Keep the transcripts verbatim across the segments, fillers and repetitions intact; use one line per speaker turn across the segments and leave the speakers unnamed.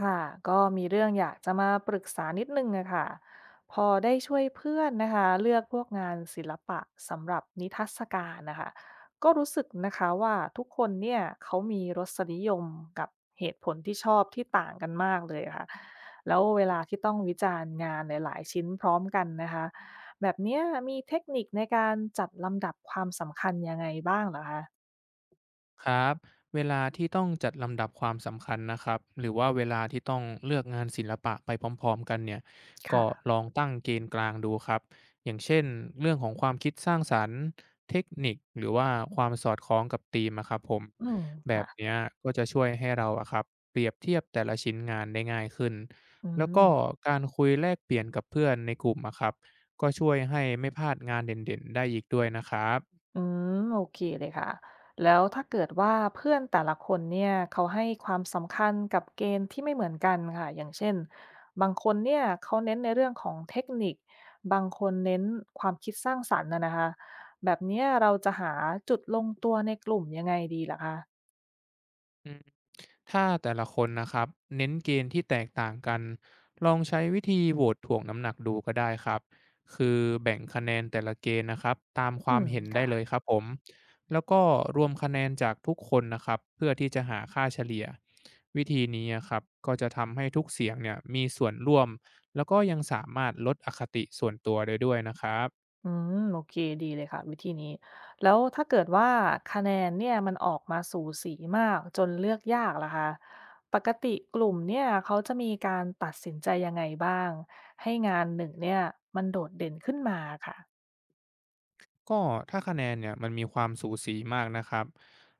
ค่ะก็มีเรื่องอยากจะมาปรึกษานิดนึงอะค่ะพอได้ช่วยเพื่อนนะคะเลือกพวกงานศิลปะสำหรับนิทรรศการนะคะก็รู้สึกนะคะว่าทุกคนเนี่ยเขามีรสนิยมกับเหตุผลที่ชอบที่ต่างกันมากเลยค่ะแล้วเวลาที่ต้องวิจารณ์งานหลายๆชิ้นพร้อมกันนะคะแบบเนี้ยมีเทคนิคในการจัดลำดับความสำคัญยังไงบ้างเหรอคะ
ครับเวลาที่ต้องจัดลำดับความสำคัญนะครับหรือว่าเวลาที่ต้องเลือกงานศิลปะไปพร้อมๆกันเนี่ยก็
ค่ะ
ลองตั้งเกณฑ์กลางดูครับอย่างเช่นเรื่องของความคิดสร้างสรรค์เทคนิคหรือว่าความสอดคล้องกับธีมอะครับผม
อืม
แบบ
ค่ะ
เนี้ยก็จะช่วยให้เราอะครับเปรียบเทียบแต่ละชิ้นงานได้ง่ายขึ้น
อื
แล้ว
ม
ก็การคุยแลกเปลี่ยนกับเพื่อนในกลุ่มอะครับก็ช่วยให้ไม่พลาดงานเด่นๆได้อีกด้วยนะครับ
อืมโอเคเลยค่ะแล้วถ้าเกิดว่าเพื่อนแต่ละคนเนี่ยเขาให้ความสำคัญกับเกณฑ์ที่ไม่เหมือนกันค่ะอย่างเช่นบางคนเนี่ยเขาเน้นในเรื่องของเทคนิคบางคนเน้นความคิดสร้างสรรค์นะนะคะแบบเนี้ยเราจะหาจุดลงตัวในกลุ่มยังไงดีล่ะคะ
อืมถ้าแต่ละคนนะครับเน้นเกณฑ์ที่แตกต่างกันลองใช้วิธีโหวตถ่วงน้ำหนักดูก็ได้ครับคือแบ่งคะแนนแต่ละเกณฑ์นะครับตามควา
อื
ม
ม
เห็นได้เล
ค่ะ
ยครับผมแล้วก็รวมคะแนนจากทุกคนนะครับเพื่อที่จะหาค่าเฉลี่ยวิธีนี้อะครับก็จะทำให้ทุกเสียงเนี่ยมีส่วนร่วมแล้วก็ยังสามารถลดอคติส่วนตัวได้ด้วยนะครับ
อืมโอเคดีเลยค่ะวิธีนี้แล้วถ้าเกิดว่าคะแนนเนี่ยมันออกมาสูสีมากจนเลือกยากล่ะคะปกติกลุ่มเนี่ยเขาจะมีการตัดสินใจยังไงบ้างให้งานหนึ่งเนี่ยมันโดดเด่นขึ้นมาค่ะ
ก็ถ้าคะแนนเนี่ยมันมีความสูสีมากนะครับ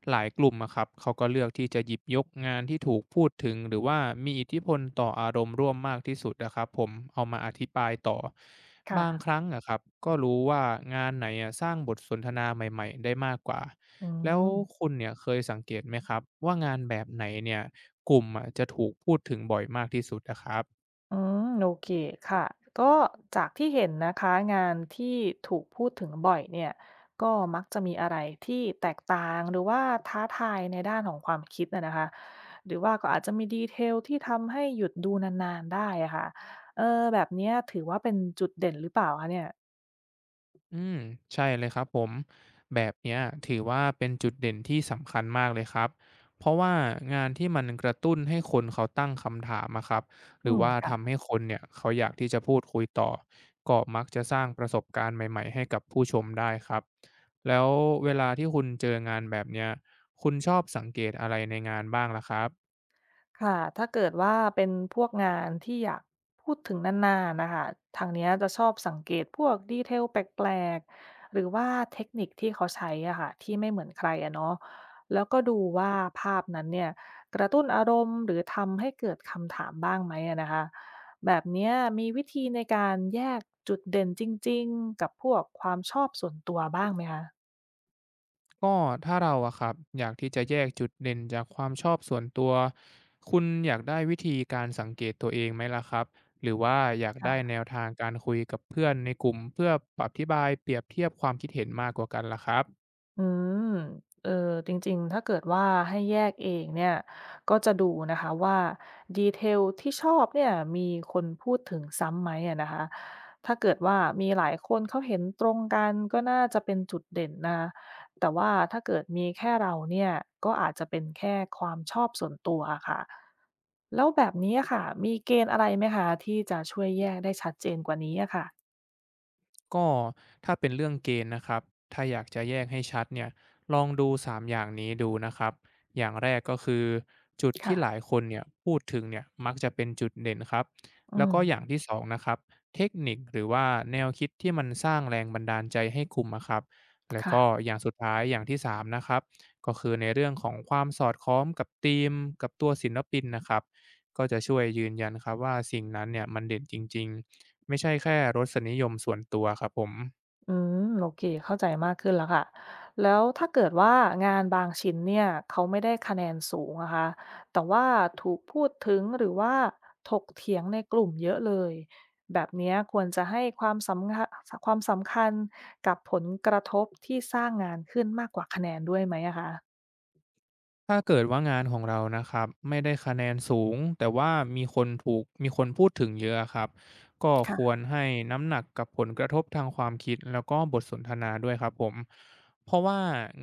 หลายกลุ่มอะครับเขาก็เลือกที่จะหยิบยกงานที่ถูกพูดถึงหรือว่ามีอิทธิพลต่ออารมณ์ร่วมมากที่สุดนะครับผมเอามาอธิบายต่อ
ค่ะ
บางครั้งอะครับก็รู้ว่างานไหนอะสร้างบทสนทนาใหม่ๆได้มากกว่า
อื
แล้ว
ม
คุณเนี่ยเคยสังเกตไหมครับว่างานแบบไหนเนี่ยกลุ่มอะจะถูกพูดถึงบ่อยมากที่สุดนะครับ
อืมโอเคค่ะก็จากที่เห็นนะคะงานที่ถูกพูดถึงบ่อยเนี่ยก็มักจะมีอะไรที่แตกต่างหรือว่าท้าทายในด้านของความคิดนะนะคะหรือว่าก็อาจจะมีดีเทลที่ทำให้หยุดดูนานๆได้อะค่ะเออแบบเนี้ยถือว่าเป็นจุดเด่นหรือเปล่าคะเนี่ย
อืมใช่เลยครับผมแบบเนี้ยถือว่าเป็นจุดเด่นที่สำคัญมากเลยครับเพราะว่างานที่มันกระตุ้นให้คนเขาตั้งคำถามอะครับห
อื
รือ
ม
ว่าทำ
ค่ะ
ให้คนเนี่ยเขาอยากที่จะพูดคุยต่อก็มักจะสร้างประสบการณ์ใหม่ๆให้กับผู้ชมได้ครับแล้วเวลาที่คุณเจองานแบบเนี้ยคุณชอบสังเกตอะไรในงานบ้างล่ะครับ
ค่ะ ถ้าเกิดว่าเป็นพวกงานที่อยากพูดถึงนานๆนะคะ ทางเนี้ยจะชอบสังเกตพวกดีเทลแปลกๆหรือว่าเทคนิคที่เขาใช้อะค่ะที่ไม่เหมือนใครอะเนาะแล้วก็ดูว่าภาพนั้นเนี่ยกระตุ้นอารมณ์หรือทำให้เกิดคำถามบ้างไหมอะนะคะ แบบเนี้ยมีวิธีในการแยกจุดเด่นจริงๆกับพวกความชอบส่วนตัวบ้างไหมคะ
ก็ถ้าเราอะครับอยากที่จะแยกจุดเด่นจากความชอบส่วนตัวคุณอยากได้วิธีการสังเกตตัวเองไหมล่ะครับหรือว่าอยากได้แนวทางการคุยกับเพื่อนในกลุ่มเพื่อปรับอธิบายเปรียบเทียบความคิดเห็นมากกว่ากันล่ะครับ
อืมเออจริงๆถ้าเกิดว่าให้แยกเองเนี่ยก็จะดูนะคะว่าดีเทลที่ชอบเนี่ยมีคนพูดถึงซ้ำไหมอะนะคะถ้าเกิดว่ามีหลายคนเขาเห็นตรงกันก็น่าจะเป็นจุดเด่นนะแต่ว่าถ้าเกิดมีแค่เราเนี่ยก็อาจจะเป็นแค่ความชอบส่วนตัวอะค่ะแล้วแบบนี้อะค่ะมีเกณฑ์อะไรไหมคะที่จะช่วยแยกได้ชัดเจนกว่านี้อะค่ะ
ก็ถ้าเป็นเรื่องเกณฑ์นะครับถ้าอยากจะแยกให้ชัดเนี่ยลองดูสามอย่างนี้ดูนะครับอย่างแรกก็คือจุดที่หลาย
ค่ะ
คนเนี่ยพูดถึงเนี่ยมักจะเป็นจุดเด่นครับ
อื
แล้ว
ม
ก็อย่างที่สองนะครับเทคนิคหรือว่าแนวคิดที่มันสร้างแรงบันดาลใจให้กลุ่มอะครับแล้วก็
ค่ะ
อย่างสุดท้ายอย่างที่สามนะครับก็คือในเรื่องของความสอดคล้องกับธีมกับตัวศิลปินนะครับก็จะช่วยยืนยันครับว่าสิ่งนั้นเนี่ยมันเด่นจริงๆ ไม่ใช่แค่รสนิยมส่วนตัวครับผม
อืมโอเคเข้าใจมากขึ้นแล้วค่ะแล้วถ้าเกิดว่างานบางชิ้นเนี่ยเขาไม่ได้คะแนนสูงนะคะแต่ว่าถูกพูดถึงหรือว่าถกเถียงในกลุ่มเยอะเลยแบบเนี้ยควรจะให้ความสำคัญความสำคัญกับผลกระทบที่สร้างงานขึ้นมากกว่าคะแนนด้วยไหมอะคะ
ถ้าเกิดว่างานของเรานะครับไม่ได้คะแนนสูงแต่ว่ามีคนถูกมีคนพูดถึงเยอะครับก็ควร
ค่ะ
ให้น้ำหนักกับผลกระทบทางความคิดแล้วก็บทสนทนาด้วยครับผมเพราะว่า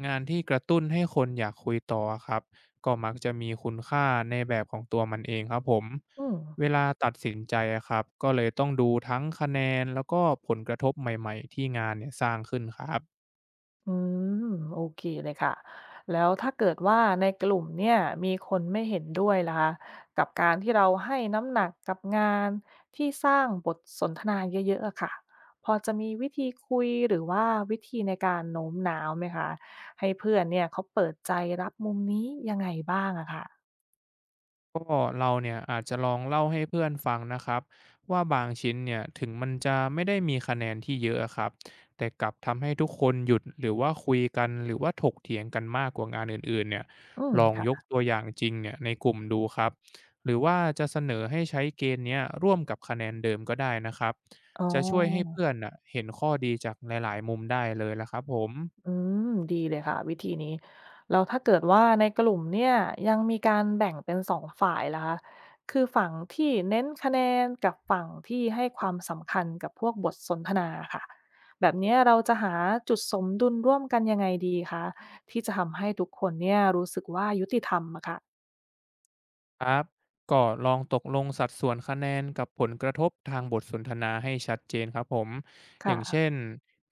งานที่กระตุ้นให้คนอยากคุยต่อครับก็มักจะมีคุณค่าในแบบของตัวมันเองครับผม
อืม
เวลาตัดสินใจอะครับก็เลยต้องดูทั้งคะแนนแล้วก็ผลกระทบใหม่ๆที่งานเนี่ยสร้างขึ้นครับ
อืมโอเคเลยค่ะแล้วถ้าเกิดว่าในกลุ่มเนี่ยมีคนไม่เห็นด้วยล่ะคะกับการที่เราให้น้ำหนักกับงานที่สร้างบทสนทนาเยอะๆอะค่ะพอจะมีวิธีคุยหรือว่าวิธีในการโน้มน้าวไหมคะให้เพื่อนเนี่ยเขาเปิดใจรับมุมนี้ยังไงบ้างอะค่ะ
ก็เราเนี่ยอาจจะลองเล่าให้เพื่อนฟังนะครับว่าบางชิ้นเนี่ยถึงมันจะไม่ได้มีคะแนนที่เยอะอะครับแต่กลับทำให้ทุกคนหยุดหรือว่าคุยกันหรือว่าถกเถียงกันมากกว่างานอื่นๆเนี่ย
อืม
ลองยก
ค่ะ
ตัวอย่างจริงเนี่ยในกลุ่มดูครับหรือว่าจะเสนอให้ใช้เกณฑ์เนี้ยร่วมกับคะแนนเดิมก็ได้นะครับ
อ๋
จะช่วยให้
อ
เพื่อนน่ะเห็นข้อดีจากหลายๆมุมได้เลยละครับผม
อืมดีเลยค่ะวิธีนี้แล้วถ้าเกิดว่าในกลุ่มเนี่ยยังมีการแบ่งเป็นสองฝ่ายล่ะคะคือฝั่งที่เน้นคะแนนกับฝั่งที่ให้ความสำคัญกับพวกบทสนทนาค่ะแบบเนี้ยเราจะหาจุดสมดุลร่วมกันยังไงดีคะที่จะทำให้ทุกคนเนี่ยรู้สึกว่ายุติธรรมอะค่ะ
ครับก็ลองตกลงสัดส่วนคะแนนกับผลกระทบทางบทสนทนาให้ชัดเจนครับผมอย่างเช่
ค่ะ
น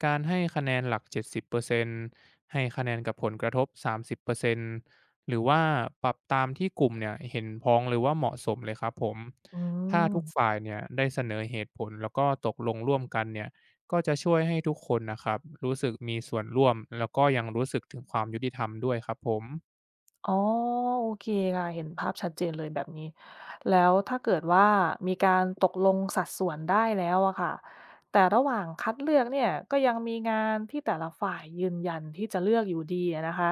การให้คะแนนหลักเจ็ดสิบเปอร์เซ็นต์ให้คะแนนกับผลกระทบสามสิบเปอร์เซ็นต์หรือว่าปรับตามที่กลุ่มเนี่ยเห็นพ้องหรือว่าเหมาะสมเลยครับผม
อื
ถ้าทุก
ม
ฝ่ายเนี่ยได้เสนอเหตุผลแล้วก็ตกลงร่วมกันเนี่ยก็จะช่วยให้ทุกคนนะครับรู้สึกมีส่วนร่วมแล้วก็ยังรู้สึกถึงความยุติธรรมด้วยครับผม
อ๋อโอเคค่ะเห็นภาพชัดเจนเลยแบบนี้แล้วถ้าเกิดว่ามีการตกลงสัดส่วนได้แล้วอะค่ะแต่ระหว่างคัดเลือกเนี่ยก็ยังมีงานที่แต่ละฝ่ายยืนยันที่จะเลือกอยู่ดีอะนะคะ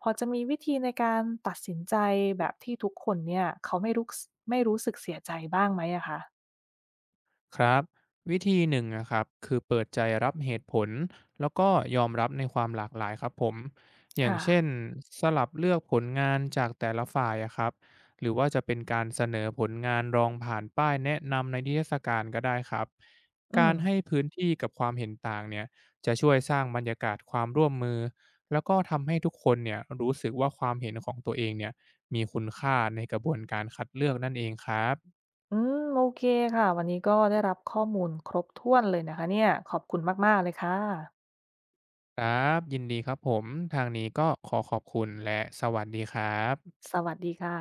พอจะมีวิธีในการตัดสินใจแบบที่ทุกคนเนี่ยเขาไม่รู้ไม่รู้สึกเสียใจบ้างไหมอะคะ
ครับวิธีหนึ่งนะครับคือเปิดใจรับเหตุผลแล้วก็ยอมรับในความหลากหลายครับผมอย่างเช่น
ค่ะ
สลับเลือกผลงานจากแต่ละฝ่ายอะครับหรือว่าจะเป็นการเสนอผลงานรองผ่านป้ายแนะนำในนิทรรศการก็ได้ครับ
อื
กา
ม
รให้พื้นที่กับความเห็นต่างเนี่ยจะช่วยสร้างบรรยากาศความร่วมมือแล้วก็ทำให้ทุกคนเนี่ยรู้สึกว่าความเห็นของตัวเองเนี่ยมีคุณค่าในกระบวนการคัดเลือกนั่นเองครับ
อืมโอเคค่ะวันนี้ก็ได้รับข้อมูลครบถ้วนเลยนะคะเนี่ยขอบคุณมากๆเลยค่ะ
ครับยินดีครับผมทางนี้ก็ขอขอบคุณและสวัสดีครับ
สวัสดีค่ะ